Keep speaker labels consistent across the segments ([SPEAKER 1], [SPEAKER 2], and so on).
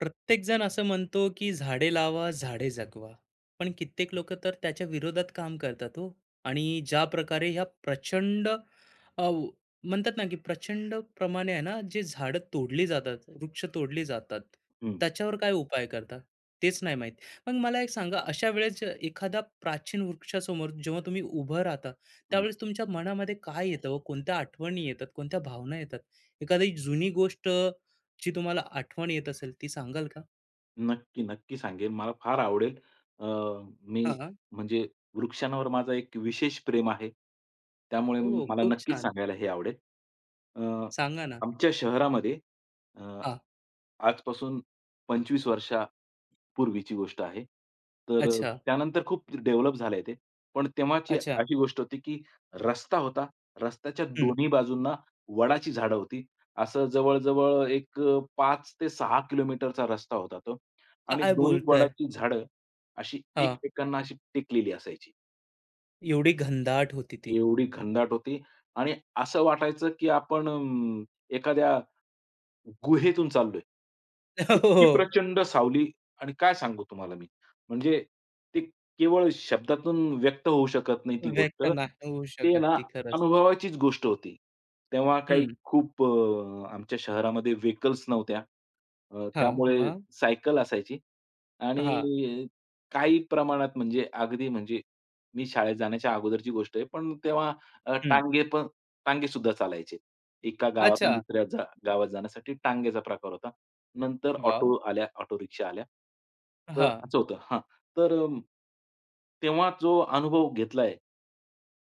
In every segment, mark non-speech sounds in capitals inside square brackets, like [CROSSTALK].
[SPEAKER 1] प्रत्येकजण असं म्हणतो की झाडे लावा झाडे जगवा पण कित्येक लोक तर त्याच्या विरोधात काम करतात हो आणि ज्या प्रकारे ह्या प्रचंड अ, व- म्हणतात ना की प्रचंड प्रमाणे आहे ना जे झाडं तोडली जातात वृक्ष तोडली जातात
[SPEAKER 2] हं,
[SPEAKER 1] त्याच्यावर काय उपाय करतात तेच नाही माहित मग मला एक सांगा अशा वेळेस एखादा प्राचीन वृक्षासमोर जेव्हा तुम्ही उभं राहता
[SPEAKER 2] हं.
[SPEAKER 1] त्यावेळेस तुमच्या मनामध्ये काय येतं व कोणत्या आठवणी येतात कोणत्या भावना येतात एखादी जुनी गोष्ट जी तुम्हाला आठवण येत असेल ती सांगाल
[SPEAKER 2] नक्की, नक्की सांगेन. मला फार आवडेल. अ,
[SPEAKER 1] हां,
[SPEAKER 2] मी
[SPEAKER 1] हां.
[SPEAKER 2] म्हणजे वृक्षांवर माझा एक विशेष प्रेम आहे. त्यामुळे
[SPEAKER 1] हो,
[SPEAKER 2] मला
[SPEAKER 1] खूप
[SPEAKER 2] नक्कीच
[SPEAKER 1] छान.
[SPEAKER 2] सांगायला हे आवडेल. अ,
[SPEAKER 1] सांगा ना?
[SPEAKER 2] आमच्या शहरामध्ये अ
[SPEAKER 1] हां.
[SPEAKER 2] आजपासून 25 वर्षापूर्वीची गोष्ट आहे. तर
[SPEAKER 1] अच्छा,
[SPEAKER 2] त्यानंतर खूप डेव्हलप झालंय ते. पण तेव्हाची
[SPEAKER 1] अच्छा.
[SPEAKER 2] अशी गोष्ट होती, की रस्ता होता. रस्त्याच्या
[SPEAKER 1] हं.
[SPEAKER 2] दोन्ही बाजूंना वडाची झाडं होती. असं जवळ-जवळ एक 5 ते 6 किलोमीटरचा रस्ता होता तो आणि
[SPEAKER 1] काय
[SPEAKER 2] दोन्ही
[SPEAKER 1] बोलताय?
[SPEAKER 2] वडाची झाडं अशी
[SPEAKER 1] हां.
[SPEAKER 2] एकमेकांना अशी टेकलेली असायची.
[SPEAKER 1] एवढी घनदाट होती ती.
[SPEAKER 2] एवढी घनदाट होती आणि असं वाटायचं, की आपण एखाद्या गुहेतून चाललोय.
[SPEAKER 1] हो,
[SPEAKER 2] इतकी
[SPEAKER 1] हो.
[SPEAKER 2] प्रचंड सावली आणि काय सांगू तुम्हाला मी. म्हणजे ते केवळ शब्दातून व्यक्त होऊ शकत नाही
[SPEAKER 1] हो.
[SPEAKER 2] ती गोष्ट.
[SPEAKER 1] व्यक्त नाही होऊ
[SPEAKER 2] ते
[SPEAKER 1] शकत
[SPEAKER 2] ना
[SPEAKER 1] ती खरंच तर.
[SPEAKER 2] अनुभवाचीच गोष्ट होती. तेव्हा काही
[SPEAKER 1] हं.
[SPEAKER 2] खूप आमच्या शहरामध्ये व्हेकल्स नव्हत्या.
[SPEAKER 1] हां.
[SPEAKER 2] त्यामुळे
[SPEAKER 1] मग?
[SPEAKER 2] सायकल असायची
[SPEAKER 1] हां.
[SPEAKER 2] आणि काही प्रमाणात म्हणजे अगदी म्हणजे मी शाळेत जाण्याच्या अगोदरची गोष्ट आहे. पण तेव्हा
[SPEAKER 1] हं.
[SPEAKER 2] टांगे पण टांगे सुद्धा चालायचे. एका गावातून
[SPEAKER 1] अच्छा.
[SPEAKER 2] दुसऱ्या गावात जाण्यासाठी टांग्याचा प्रकार होता. नंतर
[SPEAKER 1] वॉव!
[SPEAKER 2] ऑटो आल्या, ऑटो रिक्षा आल्या. तर
[SPEAKER 1] हां,
[SPEAKER 2] असं होतं हां. तर तेव्हा जो अनुभव घेतलाय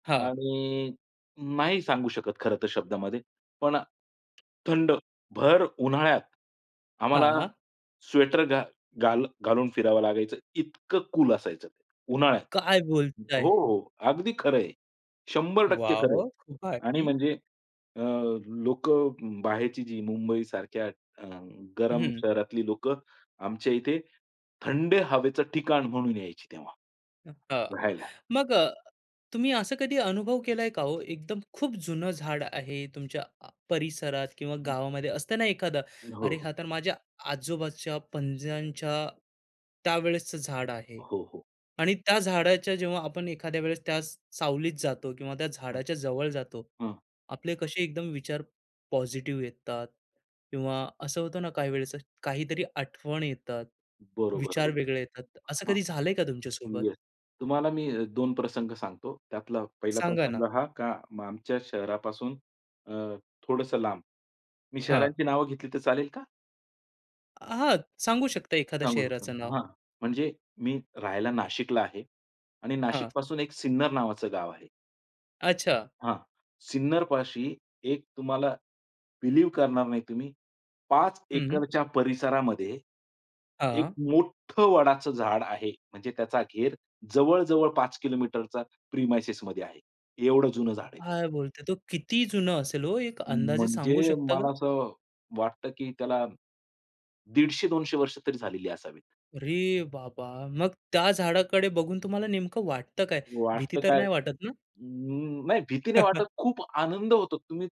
[SPEAKER 1] हां,
[SPEAKER 2] आणि नाही सांगू शकत खरं तर शब्दामध्ये. पण थंड, भर उन्हाळ्यात आम्हाला
[SPEAKER 1] हां.
[SPEAKER 2] स्वेटर घा घाल घालून फिरावं लागायचं. इतकं कूल असायचं ते उन्हाळ्यात.
[SPEAKER 1] काय
[SPEAKER 2] हो,
[SPEAKER 1] बोलताय?
[SPEAKER 2] हो. अगदी खरं आहे. 100% खरं आहे.
[SPEAKER 1] वॉव! खूप
[SPEAKER 2] आणि
[SPEAKER 1] भारी.
[SPEAKER 2] म्हणजे अ, लोकं बाहेरची जी मुंबईसारख्या गरम
[SPEAKER 1] हं.
[SPEAKER 2] शहरातली लोकं आमच्या इथे थंड हवेचं ठिकाण म्हणून यायची तेव्हा
[SPEAKER 1] हां.
[SPEAKER 2] राहायला.
[SPEAKER 1] मग तुम्ही असं कधी अनुभव केलाय का हो? एकदम खूप जुनं झाड आहे तुमच्या परिसरात किंवा गावामध्ये असतं ना एखादं
[SPEAKER 2] हो,
[SPEAKER 1] अरे
[SPEAKER 2] हो.
[SPEAKER 1] हा तर माझ्या आजोबाच्या पंजांच्या त्यावेळेसचं झाड आहे
[SPEAKER 2] हो, हो.
[SPEAKER 1] आणि त्या झाडाच्या जेव्हा आपण एखाद्या वेळेस त्या सावलीत जातो किंवा त्या
[SPEAKER 2] हं,
[SPEAKER 1] झाडाच्या जवळ जातो
[SPEAKER 2] हं.
[SPEAKER 1] आपले कसे एकदम विचार पॉझिटिव्ह येतात किंवा असं होतं ना काही वेळेस काहीतरी आठवण येतात
[SPEAKER 2] बरोबर,
[SPEAKER 1] विचार वेगळे येतात असं
[SPEAKER 2] बरोबर.
[SPEAKER 1] कधी झालंय का तुमच्यासोबत
[SPEAKER 2] येस. तुम्हाला मी 2 प्रसंग सांगतो. त्यातला पहिला
[SPEAKER 1] सांगा ना
[SPEAKER 2] प्रसंग हा का म आमच्या शहरापासून अ, थोडंसं लांब. मी
[SPEAKER 1] हा
[SPEAKER 2] शहरांची नावं घेतली तर चालेल का?
[SPEAKER 1] हां, सांगू शकता एखाद्या
[SPEAKER 2] सांगू शकतो.
[SPEAKER 1] शहराचं
[SPEAKER 2] ना.
[SPEAKER 1] नाव?
[SPEAKER 2] हां. म्हणजे मी राहायला नाशिकला आहे आणि
[SPEAKER 1] हां,
[SPEAKER 2] नाशिकपासून एक सिन्नर नावाचं गाव आहे.
[SPEAKER 1] अच्छा.
[SPEAKER 2] हां. सिन्नर पाशी एक तुम्हाला बिलीव करणार नाही तुम्ही, 5
[SPEAKER 1] हं.
[SPEAKER 2] एकरच्या परिसरामध्ये एक
[SPEAKER 1] हां.
[SPEAKER 2] मोठं वडाचं झाड आहे. म्हणजे त्याचा घेर जवळ-जवळ 5 किलोमीटरचा प्रिमाइसेसमध्ये आहे. एवढं जुनं झाड आहे ते.
[SPEAKER 1] काय बोलतोय? तो किती जुना असेल हो? एक अंदाजे सांगू
[SPEAKER 2] म्हणजे
[SPEAKER 1] शकता का?
[SPEAKER 2] मला असं वाटतं, की त्याला 150-200 वर्ष तरी झालेली असावीत.
[SPEAKER 1] अरे बाबा! मग त्या झाडाकडे बघून तुम्हाला नेमकं वाटतं काय? भीती
[SPEAKER 2] वाटतं
[SPEAKER 1] तर
[SPEAKER 2] काय
[SPEAKER 1] नाही वाटत ना?
[SPEAKER 2] नाही भीती नाही वाटत,
[SPEAKER 1] [LAUGHS]
[SPEAKER 2] खूप आनंद होतो. तुम्ही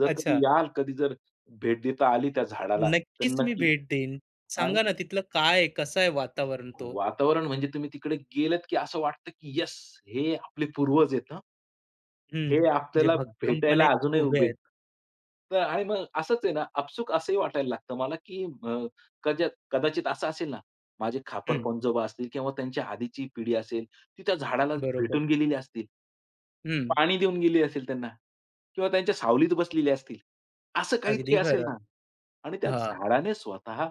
[SPEAKER 2] जर
[SPEAKER 1] अच्छा.
[SPEAKER 2] कधी याल, कधी जर भेट देता आली त्या झाडाला, तर
[SPEAKER 1] नक्कीच मी
[SPEAKER 2] नक्की.
[SPEAKER 1] भेट देईन.
[SPEAKER 2] आणि
[SPEAKER 1] सांगा ना तिथलं काय आहे? कसं आहे वातावरण तो?
[SPEAKER 2] वातावरण म्हणजे तुम्ही तिकडे गेलत की असं वाटतं, की यस, हे आपले पूर्वज आहेत हं.
[SPEAKER 1] हं,
[SPEAKER 2] हे
[SPEAKER 1] जे
[SPEAKER 2] आपल्याला
[SPEAKER 1] भक्कमपणे
[SPEAKER 2] भेटायला अजूनही
[SPEAKER 1] उभे
[SPEAKER 2] उभे
[SPEAKER 1] आहेत.
[SPEAKER 2] आहेत. तर आणि मग असंच आहे ना, आपसूक असंही वाटायला लागतं मला, की कदाचित असं असेल ना, माझे खापर
[SPEAKER 1] हं,
[SPEAKER 2] पंजोबा असतील किंवा त्यांच्या आधीची पिढी असेल, ती त्या झाडाला
[SPEAKER 1] बरोबर.
[SPEAKER 2] भेटून गेलेली असतील.
[SPEAKER 1] हं,
[SPEAKER 2] पाणी देऊन गेली असेल त्यांना किंवा त्यांच्या सावलीत बसलेले असतील. असं
[SPEAKER 1] अगदी
[SPEAKER 2] काहीतरी असेल
[SPEAKER 1] खरं.
[SPEAKER 2] ना आणि त्या
[SPEAKER 1] हां.
[SPEAKER 2] झाडाने स्वतः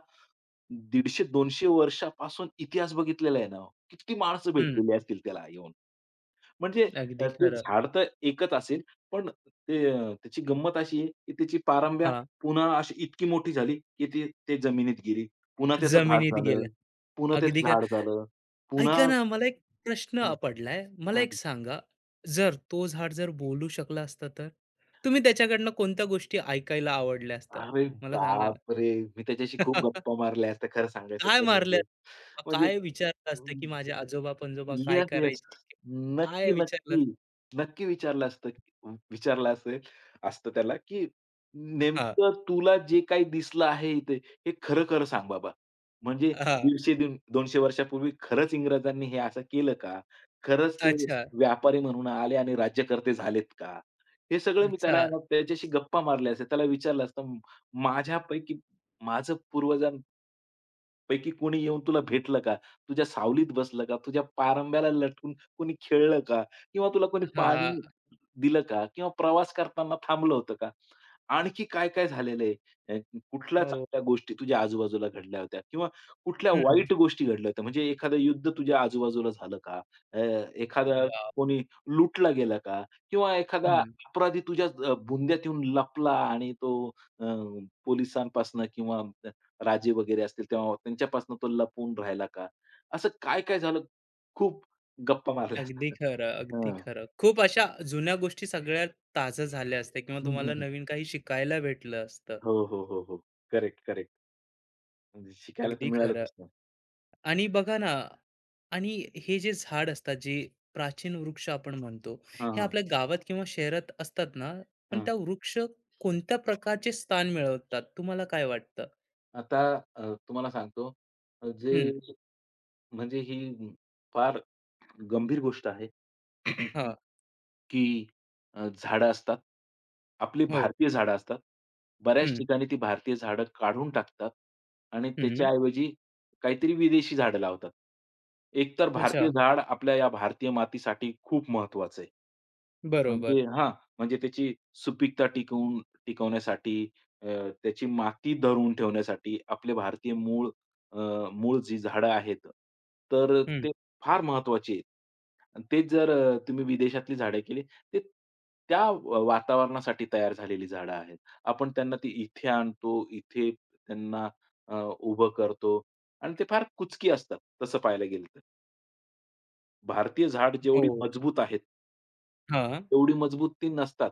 [SPEAKER 2] 150-200 वर्षापासून इतिहास बघितलेला आहे ना हो. किती माणसं
[SPEAKER 1] हं,
[SPEAKER 2] भेटलेली असतील त्याला येऊन. म्हणजे
[SPEAKER 1] अगदी
[SPEAKER 2] ते
[SPEAKER 1] खरं.
[SPEAKER 2] झाड तर एकच असेल, पण त्याची गंमत अशी आहे, की त्याची पारंब्या
[SPEAKER 1] हां,
[SPEAKER 2] पुन्हा अशी इतकी मोठी झाली, की ती ते जमिनीत गेली. पुन्हा त्याचं झाड
[SPEAKER 1] जमिनीत गेलं.
[SPEAKER 2] झालं, पुन्हा
[SPEAKER 1] अगदी
[SPEAKER 2] त्याचं झाड
[SPEAKER 1] खरं.
[SPEAKER 2] झालं, पुन्हा
[SPEAKER 1] ऐका ना, मला एक प्रश्न
[SPEAKER 2] हं,
[SPEAKER 1] पडलाय. मला
[SPEAKER 2] हं.
[SPEAKER 1] एक सांगा, जर तो झाड जर बोलू शकला असता तर? तुम्ही त्याच्याकडनं कोणत्या गोष्टी ऐकायला आवडल्या असत्या?
[SPEAKER 2] अरे
[SPEAKER 1] मला सांगा ना.
[SPEAKER 2] बापरे! मी त्याच्याशी खूप गप्पा
[SPEAKER 1] [LAUGHS]
[SPEAKER 2] मारल्या असत्या खरं सांगायचं
[SPEAKER 1] काय
[SPEAKER 2] तर
[SPEAKER 1] मारल्या
[SPEAKER 2] म्हणजे. म्हणजे
[SPEAKER 1] काय विचारलं असतं, की माझे आजोबा-पणजोबा काय
[SPEAKER 2] येस, येस.
[SPEAKER 1] करायचे? काय
[SPEAKER 2] नक्की,
[SPEAKER 1] विचारलं
[SPEAKER 2] नक्की. नक्की विचारलं असतं विचारलं असेल असतं त्याला, की
[SPEAKER 1] हां,
[SPEAKER 2] "नेमकं तुला जे काही दिसलं आहे इथे, हे खरं-खरं सांग बाबा. म्हणजे
[SPEAKER 1] हां.
[SPEAKER 2] 150-200 वर्षापूर्वी खरंच इंग्रजांनी हे असं केलं का? खरंच ते
[SPEAKER 1] अच्छा,
[SPEAKER 2] व्यापारी म्हणून आले आणि राज्यकर्ते झालेत का?" हे सगळं मी
[SPEAKER 1] अच्छा.
[SPEAKER 2] त्याला आहे ना, त्याच्याशी गप्पा मारल्या असत्या. त्याला विचारलं असतं, माझ्यापैकी माझं पूर्वजां पैकी कोणी येऊन तुला भेटलं का? तुझ्या सावलीत बसलं का? तुझ्या पारंब्याला लटकून कोणी खेळलं का? किंवा तुला कोणी
[SPEAKER 1] हां,
[SPEAKER 2] पाणी दिलं का? किंवा प्रवास करताना थांबलं होतं का? आणखी काय-काय झालेलं आहे? अ, कुठल्या
[SPEAKER 1] हो.
[SPEAKER 2] चांगल्या गोष्टी तुझ्या आजूबाजूला घडल्या होत्या किंवा कुठल्या
[SPEAKER 1] हं.
[SPEAKER 2] वाईट गोष्टी घडल्या होत्या? म्हणजे एखादं युद्ध तुझ्या आजूबाजूला झालं का? अ, एखादा
[SPEAKER 1] वॉव!
[SPEAKER 2] कोणी लुटला गेला का? किंवा एखादा
[SPEAKER 1] हं.
[SPEAKER 2] अपराधी तुझ्या बुंद्यात येऊन लपला आणि तो अ, पोलिसांपासनं किंवा राजे वगैरे असतील तेव्हा त्यांच्यापासून तो लपून राहिला का? असं काय-काय झालं खूप गप्पा मारल्या
[SPEAKER 1] अगदी
[SPEAKER 2] असतात. हां.
[SPEAKER 1] खरं, अगदी
[SPEAKER 2] [LAUGHS]
[SPEAKER 1] खरं. खूप अशा जुन्या गोष्टी सगळ्या ताज्या झाल्या असत्या किंवा
[SPEAKER 2] हं,
[SPEAKER 1] तुम्हाला
[SPEAKER 2] हं, हं.
[SPEAKER 1] नवीन काही शिकायला भेटलं असतं.
[SPEAKER 2] हो, हो, हो, हो. Correct, correct. म्हणजे शिकायला तर
[SPEAKER 1] अगदी खरं.
[SPEAKER 2] मिळालंच ना.
[SPEAKER 1] आणि बघा ना आणि हे जे झाड असतात, जे प्राचीन वृक्ष आपण म्हणतो,
[SPEAKER 2] हां,
[SPEAKER 1] हे
[SPEAKER 2] हां,
[SPEAKER 1] आपल्या गावात किंवा शहरात असतात ना, पण
[SPEAKER 2] हां.
[SPEAKER 1] त्या वृक्ष कोणत्या प्रकारचे स्थान मिळवतात, तुम्हाला काय वाटतं?
[SPEAKER 2] आता तुम्हाला सांगतो, जे
[SPEAKER 1] हं,
[SPEAKER 2] म्हणजे ही फार गंभीर गोष्ट आहे.
[SPEAKER 1] हां,
[SPEAKER 2] की झाडं असतात. आपली
[SPEAKER 1] हो,
[SPEAKER 2] भारतीय झाडं असतात. बऱ्याच
[SPEAKER 1] हं,
[SPEAKER 2] ठिकाणी ती भारतीय झाडं काढून टाकतात आणि
[SPEAKER 1] हं.
[SPEAKER 2] त्याच्याऐवजी काहीतरी विदेशी झाडं लावतात. एकतर
[SPEAKER 1] अच्छा,
[SPEAKER 2] भारतीय झाड आपल्या या भारतीय मातीसाठी खूप महत्वाचं आहे.
[SPEAKER 1] बरोबर.
[SPEAKER 2] म्हणजे हां, म्हणजे त्याची सुपीकता टिकवून टिकवण्यासाठी अ, त्याची माती धरून ठेवण्यासाठी आपले भारतीय अ, मूळ जी झाडं आहेत, तर
[SPEAKER 1] हं,
[SPEAKER 2] फार महत्वाची आहे. आणि तेच जर तुम्ही विदेशातली झाडं केली, ते त्या वातावरणासाठी तयार झालेली झाडं आहेत. आपण त्यांना ती इथे आणतो, इथे त्यांना अ, उभं करतो आणि ते फार कुचकी असतात तसं पाहायला गेलं तर. भारतीय झाड जेवढी
[SPEAKER 1] हो,
[SPEAKER 2] मजबूत आहेत,
[SPEAKER 1] हां,
[SPEAKER 2] तेवढी मजबूत ती नसतात.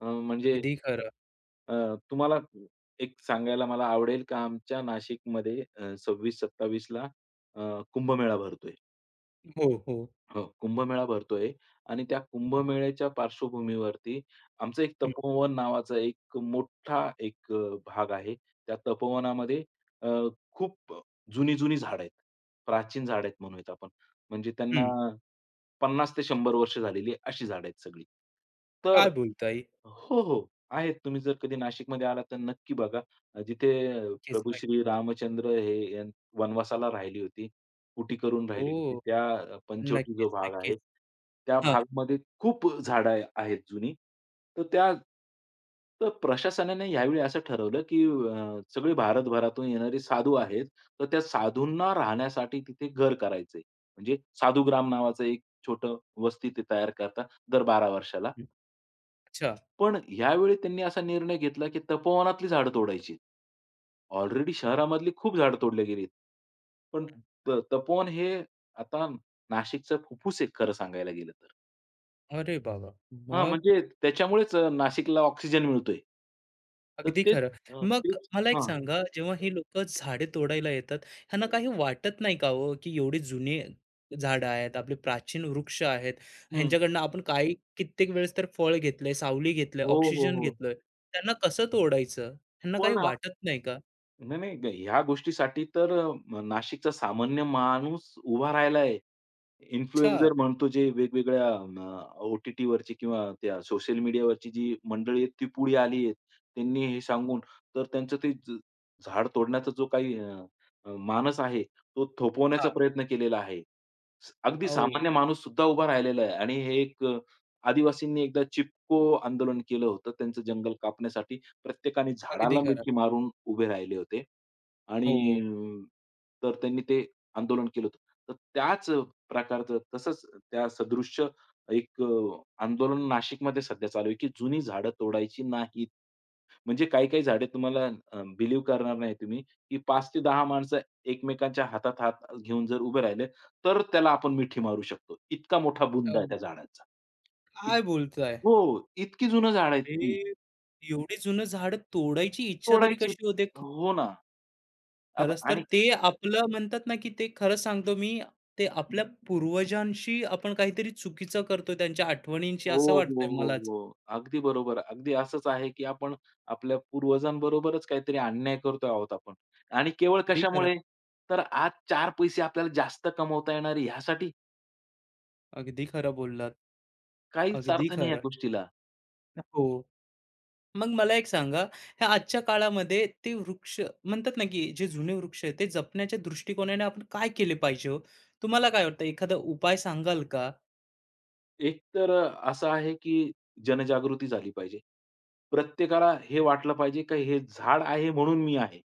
[SPEAKER 2] म्हणजे
[SPEAKER 1] अगदी खरं.
[SPEAKER 2] अ, तुम्हाला एक सांगायला मला आवडेल, का आमच्या नाशिकमध्ये 26 ला कुंभमेळा भरतोय.
[SPEAKER 1] हो, हो.
[SPEAKER 2] हो, कुंभमेळा भरतोय आणि त्या कुंभमेळ्याच्या पार्श्वभूमीवरती आमचं एक
[SPEAKER 1] हं,
[SPEAKER 2] तपोवन नावाचा एक मोठा एक भाग आहे. त्या तपोवनामध्ये अ, खूप जुनी-जुनी झाडं आहेत. प्राचीन झाडं आहेत म्हणूयात आपण. म्हणजे त्यांना
[SPEAKER 1] हं.
[SPEAKER 2] 50 ते 100 वर्ष झालेली अशी झाडं आहेत सगळी. तर
[SPEAKER 1] काय बोलताय?
[SPEAKER 2] हो, हो. आहेत. तुम्ही जर कधी नाशिकमध्ये आला तर नक्की बघा. जिथे
[SPEAKER 1] नक्कीच,
[SPEAKER 2] प्रभू
[SPEAKER 1] नक्की
[SPEAKER 2] श्री रामचंद्र हे वनवासाला राहिली होती. कुटी करून राहिली होती.
[SPEAKER 1] हो,
[SPEAKER 2] त्या पंचवटी
[SPEAKER 1] नक्कीच,
[SPEAKER 2] जो भाग
[SPEAKER 1] नक्कीच.
[SPEAKER 2] आहे, त्या
[SPEAKER 1] हां,
[SPEAKER 2] भागमध्ये खूप झाडं आहेत जुनी. तर त्या तर प्रशासनाने यावेळी असं ठरवलं, की सगळे भारतभरातून येणारे साधू आहेत, तर त्या साधूंना राहण्यासाठी तिथे घर करायचंय. म्हणजे साधूग्राम नावाचं एक छोटं वस्ती ते तयार करतात दर 12 वर्षाला.
[SPEAKER 1] अच्छा.
[SPEAKER 2] पण ह्यावेळी त्यांनी असा निर्णय घेतला, की तपोवनातली झाडं तोडायची. ऑलरेडी शहरामधली खूप झाडं तोडली गेलीत. पण तपोवन हे आता नाशिकचं फुफ्फुस आहे खरं सांगायला गेलं तर.
[SPEAKER 1] अरे बाबा!
[SPEAKER 2] हां,
[SPEAKER 1] मग?
[SPEAKER 2] म्हणजे त्याच्यामुळेच नाशिकला ऑक्सिजन मिळतोय. तर
[SPEAKER 1] अगदी
[SPEAKER 2] तेच
[SPEAKER 1] खरं.
[SPEAKER 2] अ,
[SPEAKER 1] मग
[SPEAKER 2] तेच
[SPEAKER 1] मला एक
[SPEAKER 2] हां.
[SPEAKER 1] सांगा, जेव्हा हे लोकं झाडे तोडायला येतात, ह्यांना काही वाटत नाही का हो, की एवढी जुनी झाडं आहेत, आपले प्राचीन वृक्ष आहेत,
[SPEAKER 2] हं.
[SPEAKER 1] ह्यांच्याकडनं आपण काही कित्येक वेळेस तर फळ घेतलंय, सावली घेतलंय,
[SPEAKER 2] हो, हो,
[SPEAKER 1] ऑक्सिजन
[SPEAKER 2] हो.
[SPEAKER 1] घेतलोय. त्यांना कसं तोडायचं? ह्यांना काही
[SPEAKER 2] पण
[SPEAKER 1] वाटत नाही का?
[SPEAKER 2] नाही, नाही. ह्या गोष्टीसाठी तर नाशिकचा सामान्य माणूस उभा राहिला आहे.
[SPEAKER 1] अच्छा.
[SPEAKER 2] इन्फ्लुएन्सर म्हणतो जे वेगवेगळ्या ओ-टी-टीवरची किंवा त्या सोशल मीडियावरची जी मंडळी आहेत ती पुढे आली आहेत. त्यांनी हे सांगून तर त्यांचं ते झाड तोडण्याचा जो काही अ, अ, मानस आहे तो थोपवण्याचा
[SPEAKER 1] हां.
[SPEAKER 2] प्रयत्न केलेला आहे. अगदी
[SPEAKER 1] हो.
[SPEAKER 2] सामान्य माणूस सुद्धा उभा राहिलेला आहे आणि हे एक आदिवासींनी एकदा चिपको आंदोलन केलं होतं त्यांचं जंगल कापण्यासाठी. प्रत्येकाने
[SPEAKER 1] अगदी
[SPEAKER 2] झाडाला
[SPEAKER 1] खरं.
[SPEAKER 2] मिठी मारून उभे राहिले होते. आणि
[SPEAKER 1] हो.
[SPEAKER 2] अ, तर त्यांनी ते आंदोलन केलं होतं. तर त्याच प्रकारचं तसंच त्या सदृश्य एक आंदोलन नाशिकमध्ये सध्या चालू आहे, की जुनी झाडं तोडायची नाहीत. म्हणजे काही-काही झाडे तुम्हाला बिलीव्ह करणार नाही तुम्ही, की 5 ते 10 माणसं एकमेकांच्या हातात हात घेऊन जर उभे राहिले, तर त्याला आपण मिठी मारू शकतो. इतका मोठा बुंदा आहे
[SPEAKER 1] अगदी.
[SPEAKER 2] त्या झाडांचा. इत
[SPEAKER 1] काय बोलताय?
[SPEAKER 2] हो, इतकी जुनं झाड आहेत
[SPEAKER 1] हे
[SPEAKER 2] ती.
[SPEAKER 1] एवढी जुनं झाडं तोडायची इच्छा तरी
[SPEAKER 2] तोडायची
[SPEAKER 1] कशी होते?
[SPEAKER 2] हो ना. आता
[SPEAKER 1] खरंच तर
[SPEAKER 2] आणि
[SPEAKER 1] ते आपलं म्हणतात ना, की ते खरंच सांगतो मी, ते आपल्या पूर्वजांशी आपण काहीतरी चुकीचं करतोय, त्यांच्या आठवणींशी
[SPEAKER 2] हो,
[SPEAKER 1] असं
[SPEAKER 2] हो,
[SPEAKER 1] वाटतंय
[SPEAKER 2] हो,
[SPEAKER 1] मलाच.
[SPEAKER 2] हो. अगदी बरोबर. अगदी असंच आहे, की आपण आपल्या पूर्वजांबरोबरच काहीतरी अन्याय करतो आहोत आपण. आणि केवळ
[SPEAKER 1] अगदी खरं,
[SPEAKER 2] कशामुळे? तर आज 4 पैसे आपल्याला जास्त कमवता येणार आहे ह्यासाठी
[SPEAKER 1] अगदी खरं बोललात.
[SPEAKER 2] काहीच
[SPEAKER 1] अगदी
[SPEAKER 2] अर्थ नाही या
[SPEAKER 1] खरं.
[SPEAKER 2] गोष्टीला.
[SPEAKER 1] हो. मग मला एक सांगा, ह्या आजच्या काळामध्ये ते वृक्ष म्हणतात ना, की जे जुने वृक्ष आहेत, ते जपण्याच्या दृष्टिकोनाने आपण काय केले पाहिजे हो? तुम्हाला काय वाटतं, एखादा उपाय सांगाल का?
[SPEAKER 2] एक तर असं आहे, की जनजागृती झाली पाहिजे. प्रत्येकाला हे वाटलं पाहिजे, की हे झाड आहे म्हणून मी आहे.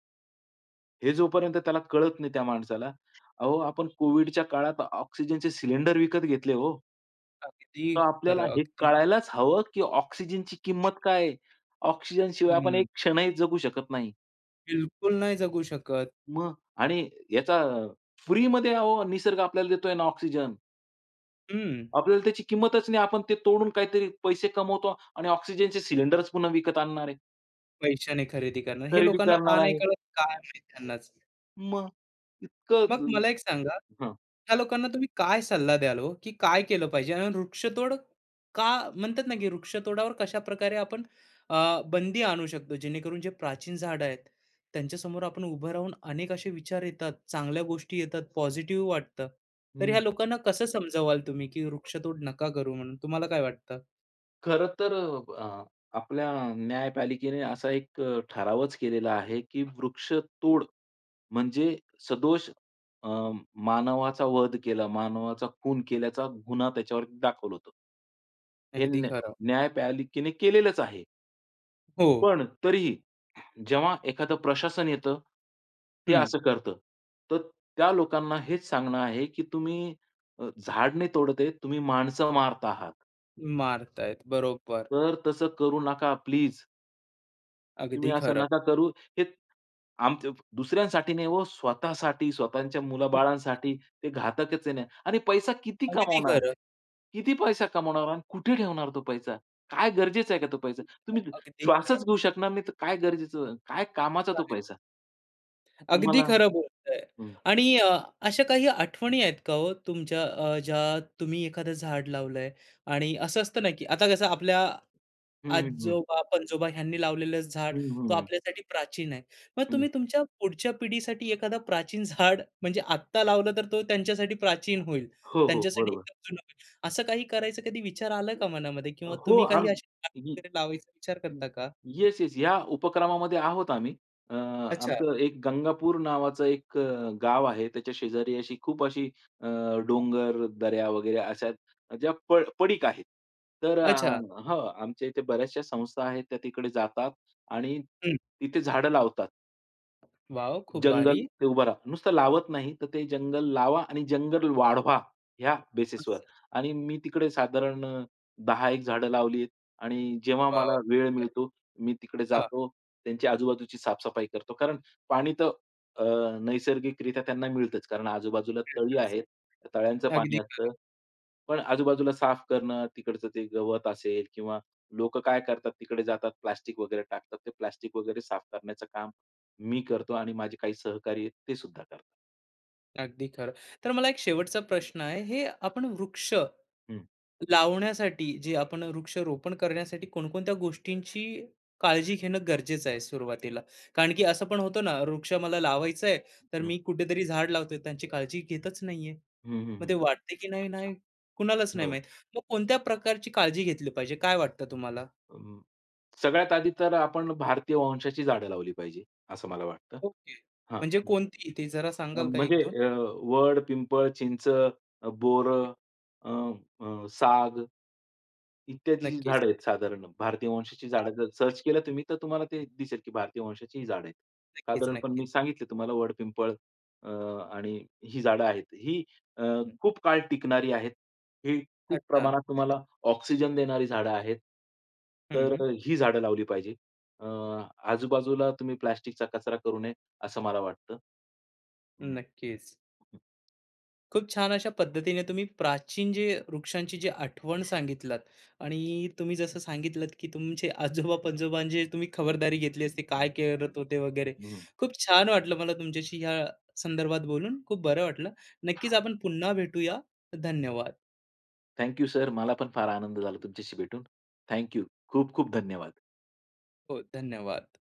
[SPEAKER 2] हे जोपर्यंत त्याला कळत नाही त्या माणसाला अहो, आपण कोव्हिडच्या काळात ऑक्सिजनचे सिलेंडर विकत घेतले हो.
[SPEAKER 1] अगदी
[SPEAKER 2] तर आपल्याला
[SPEAKER 1] खरं,
[SPEAKER 2] हे
[SPEAKER 1] अगदी.
[SPEAKER 2] कळायलाच हवं, की ऑक्सिजनची किंमत काय आहे? ऑक्सिजनशिवाय आपण
[SPEAKER 1] हं.
[SPEAKER 2] एक क्षणही जगू शकत नाही.
[SPEAKER 1] बिलकुल नाही जगू शकत.
[SPEAKER 2] मग आणि याचा फ्रीमध्ये अहो निसर्ग आपल्याला देतोय ना ऑक्सिजन.
[SPEAKER 1] हं.
[SPEAKER 2] आपल्याला त्याची किंमतच नाही. आपण ते तोडून काहीतरी पैसे कमवतो आणि ऑक्सिजनचे सिलिंडर्स पुन्हा विकत आणणार आहे,
[SPEAKER 1] पैशाने खरेदी करणं. हे
[SPEAKER 2] खरेदी
[SPEAKER 1] लोकांना का
[SPEAKER 2] करणार
[SPEAKER 1] नाही
[SPEAKER 2] आहे.
[SPEAKER 1] कळत काय माहीत त्यांनाच.
[SPEAKER 2] मग इतकं
[SPEAKER 1] मग
[SPEAKER 2] ज-
[SPEAKER 1] मला एक सांगा,
[SPEAKER 2] हं,
[SPEAKER 1] ह्या लोकांना तुम्ही काय सल्ला द्याल हो, की काय केलं पाहिजे? आणि वृक्षतोड का म्हणतात ना, की वृक्षतोडावर कशाप्रकारे आपण बंदी आणू शकतो, जेणेकरून जे प्राचीन झाडं आहेत, त्यांच्यासमोर आपण उभं राहून अनेक असे विचार येतात, चांगल्या गोष्टी येतात, पॉझिटिव्ह वाटतं. तर ह्या
[SPEAKER 2] हं.
[SPEAKER 1] लोकांना कसं समजावाल तुम्ही, की वृक्षतोड नका करू म्हणून? तुम्हाला काय वाटतं?
[SPEAKER 2] खरं तर अ, आपल्या न्यायपालिकेने असा एक ठरावच केलेला आहे, की वृक्षतोड म्हणजे सदोष अ, मानवाचा वध केला, मानवाचा खून केल्याचा गुन्हा त्याच्यावरती दाखवलं होतं. हे
[SPEAKER 1] अगदी
[SPEAKER 2] न्या
[SPEAKER 1] खरं.
[SPEAKER 2] न्यायपालिकेने केलेलंच आहे.
[SPEAKER 1] हो.
[SPEAKER 2] पण तरीही जेव्हा एखादं प्रशासन येतं, ते
[SPEAKER 1] हं.
[SPEAKER 2] असं करतं. तर त्या लोकांना हेच सांगणं आहे, की तुम्ही झाड नाही तोडत आहे, तुम्ही माणसं मारत आहात.
[SPEAKER 1] मारतायत. बरोबर.
[SPEAKER 2] तर तसं करू नका प्लीज.
[SPEAKER 1] अगदी
[SPEAKER 2] तुम्ही असं
[SPEAKER 1] खरं.
[SPEAKER 2] नका करू. हे आमच्या दुसऱ्यांसाठी नाही हो, स्वतःसाठी, स्वतःच्या मुलाबाळांसाठी ते घातकच आहे ना. आणि पैसा किती
[SPEAKER 1] अगदी
[SPEAKER 2] कमावणार?
[SPEAKER 1] खरं.
[SPEAKER 2] किती पैसा कमावणार आणि कुठे ठेवणार तो पैसा? काय गरजेचा आहे का तो पैसा? तुम्ही
[SPEAKER 1] अगदी
[SPEAKER 2] श्वासच
[SPEAKER 1] खरं.
[SPEAKER 2] घेऊ शकणार नाही तर काय गरजेचं? काय कामाचा तो
[SPEAKER 1] काय?
[SPEAKER 2] पैसा?
[SPEAKER 1] अगदी
[SPEAKER 2] तुम्हाला
[SPEAKER 1] खरं बोलताय.
[SPEAKER 2] हं.
[SPEAKER 1] आणि अशा काही आठवणी आहेत का हो तुमच्या ज्या तुम्ही एखादं झाड लावलंय आणि असं असतं ना, की आता कसं आपल्या
[SPEAKER 2] हं, हं, हं.
[SPEAKER 1] आजोबा-पणजोबा ह्यांनी लावलेलं झाड
[SPEAKER 2] हं,
[SPEAKER 1] तो
[SPEAKER 2] हं,
[SPEAKER 1] आपल्यासाठी प्राचीन आहे. मग तुम्ही तुमच्या पुढच्या पिढीसाठी एखादा प्राचीन झाड म्हणजे आत्ता लावलं तर तो त्यांच्यासाठी प्राचीन होईल.
[SPEAKER 2] हो, हो.
[SPEAKER 1] त्यांच्यासाठी
[SPEAKER 2] बरोबर.
[SPEAKER 1] एकदम जुनं होईल. असं काही करायचा कधी विचार आला का मनामध्ये किंवा
[SPEAKER 2] हो,
[SPEAKER 1] तुम्ही काही अशी झाड
[SPEAKER 2] हं.
[SPEAKER 1] वगैरे लावायचा विचार करता का?
[SPEAKER 2] Yes, yes. या उपक्रमामध्ये आहोत आम्ही.
[SPEAKER 1] अच्छा.
[SPEAKER 2] आमचं एक गंगापूर नावाचं एक गाव आहे. त्याच्या शेजारी अशी खूप अशी अ, डोंगर, दऱ्या वगैरे अशा ज्या पडीक आहेत. तर
[SPEAKER 1] अच्छा.
[SPEAKER 2] हो, आमच्या इथे बऱ्याचशा संस्था आहेत त्या तिकडे जातात आणि
[SPEAKER 1] हं.
[SPEAKER 2] तिथे झाडं लावतात.
[SPEAKER 1] वाव, खूप
[SPEAKER 2] जंगल
[SPEAKER 1] भारी.
[SPEAKER 2] ते उभं राहा. नुसतं लावत नाही, तर ते जंगल लावा आणि जंगल वाढवा ह्या बेसिसवर
[SPEAKER 1] असं.
[SPEAKER 2] आणि मी तिकडे साधारण 10-1 झाडं लावली आहेत आणि जेव्हा मला
[SPEAKER 1] वाव,
[SPEAKER 2] वेळ मिळतो, मी तिकडे
[SPEAKER 1] हां,
[SPEAKER 2] जातो. त्यांची आजूबाजूची साफसफाई करतो. कारण पाणी तर अ, नैसर्गिकरित्या त्यांना मिळतंच. कारण आजूबाजूला तळी
[SPEAKER 1] मिळतच.
[SPEAKER 2] आहेत, त्या तळ्यांचं पाणी
[SPEAKER 1] अगदी
[SPEAKER 2] असतं.
[SPEAKER 1] खरं,
[SPEAKER 2] पण आजूबाजूला साफ करणं, तिकडचं ते गवत असेल किंवा लोकं काय करतात, तिकडे जातात, प्लास्टिक वगैरे टाकतात. ते प्लास्टिक वगैरे साफ करण्याचं काम मी करतो आणि माझे काही सहकारी आहेत ते सुद्धा करतात.
[SPEAKER 1] अगदी खरं. तर मला एक शेवटचा प्रश्न आहे. हे आपण वृक्ष
[SPEAKER 2] हं,
[SPEAKER 1] लावण्यासाठी जे आपण वृक्षारोपण करण्यासाठी कोणकोणत्या गोष्टींची काळजी घेणं गरजेचं आहे सुरुवातीला? कारण की असं पण होतं ना, वृक्ष मला लावायचा आहे, तर
[SPEAKER 2] हं.
[SPEAKER 1] मी कुठेतरी झाड लावतोय, त्यांची काळजी घेतच नाहीये.
[SPEAKER 2] हं, हं,
[SPEAKER 1] मग ते
[SPEAKER 2] हं.
[SPEAKER 1] वाटते की नाही, नाही, कुणालाच नाही
[SPEAKER 2] हं.
[SPEAKER 1] माहीत. मग कोणत्या प्रकारची काळजी घेतली पाहिजे? काय वाटतं तुम्हाला?
[SPEAKER 2] अं, सगळ्यात आधी तर आपण भारतीय वंशाची झाडं लावली पाहिजे, असं मला वाटतं.
[SPEAKER 1] ओके.
[SPEAKER 2] हां.
[SPEAKER 1] म्हणजे कोणती ते जरा
[SPEAKER 2] अ,
[SPEAKER 1] सांगाल का
[SPEAKER 2] म्हणजे
[SPEAKER 1] 1-2?
[SPEAKER 2] अ, वड, पिंपळ, चिंच, बोर, साग इत्यादी जी
[SPEAKER 1] नक्कीच.
[SPEAKER 2] झाडं आहेत साधारण भारतीय वंशाची
[SPEAKER 1] हां,
[SPEAKER 2] झाडं जर सर्च केलं तुम्ही तर तुम्हाला ते दिसेल, की भारतीय वंशाची ही झाडं आहेत.
[SPEAKER 1] नक्कीच,
[SPEAKER 2] साधारणपण
[SPEAKER 1] नक्कीच.
[SPEAKER 2] मी सांगितले तुम्हाला वड, पिंपळ अ, आणि ही झाडं आहेत. ही अ,
[SPEAKER 1] हं.
[SPEAKER 2] खूप काळ टिकणारी आहेत. ही खूप
[SPEAKER 1] अच्छा.
[SPEAKER 2] प्रमाणात तुम्हाला ऑक्सिजन देणारी झाडं आहेत. तर
[SPEAKER 1] हं,
[SPEAKER 2] ही झाडं लावली पाहिजे. अ, आजूबाजूला तुम्ही प्लास्टिकचा कचरा करू नये. असं मला वाटतं. हं.
[SPEAKER 1] नक्कीच.
[SPEAKER 2] हं,
[SPEAKER 1] खूप छान अशा पद्धतीने तुम्ही प्राचीन जे वृक्षांची जी आठवण सांगितलात आणि तुम्ही जसं सांगितलंत, की तुमचे आजोबा-पंजोबांची तुम्ही खबरदारी घेतली असती,
[SPEAKER 2] हं,
[SPEAKER 1] काय करत होते वगैरे.
[SPEAKER 2] हं, हं,
[SPEAKER 1] खूप छान वाटलं मला तुमच्याशी ह्या संदर्भात बोलून. खूप
[SPEAKER 2] हं.
[SPEAKER 1] बरं वाटलं. नक्कीच आपण पुन्हा भेटूया. धन्यवाद.
[SPEAKER 2] Thank you sir. मला पण फार आनंद झाला तुमच्याशी भेटून. Thank you. खूप खूप धन्यवाद.
[SPEAKER 1] हो, धन्यवाद.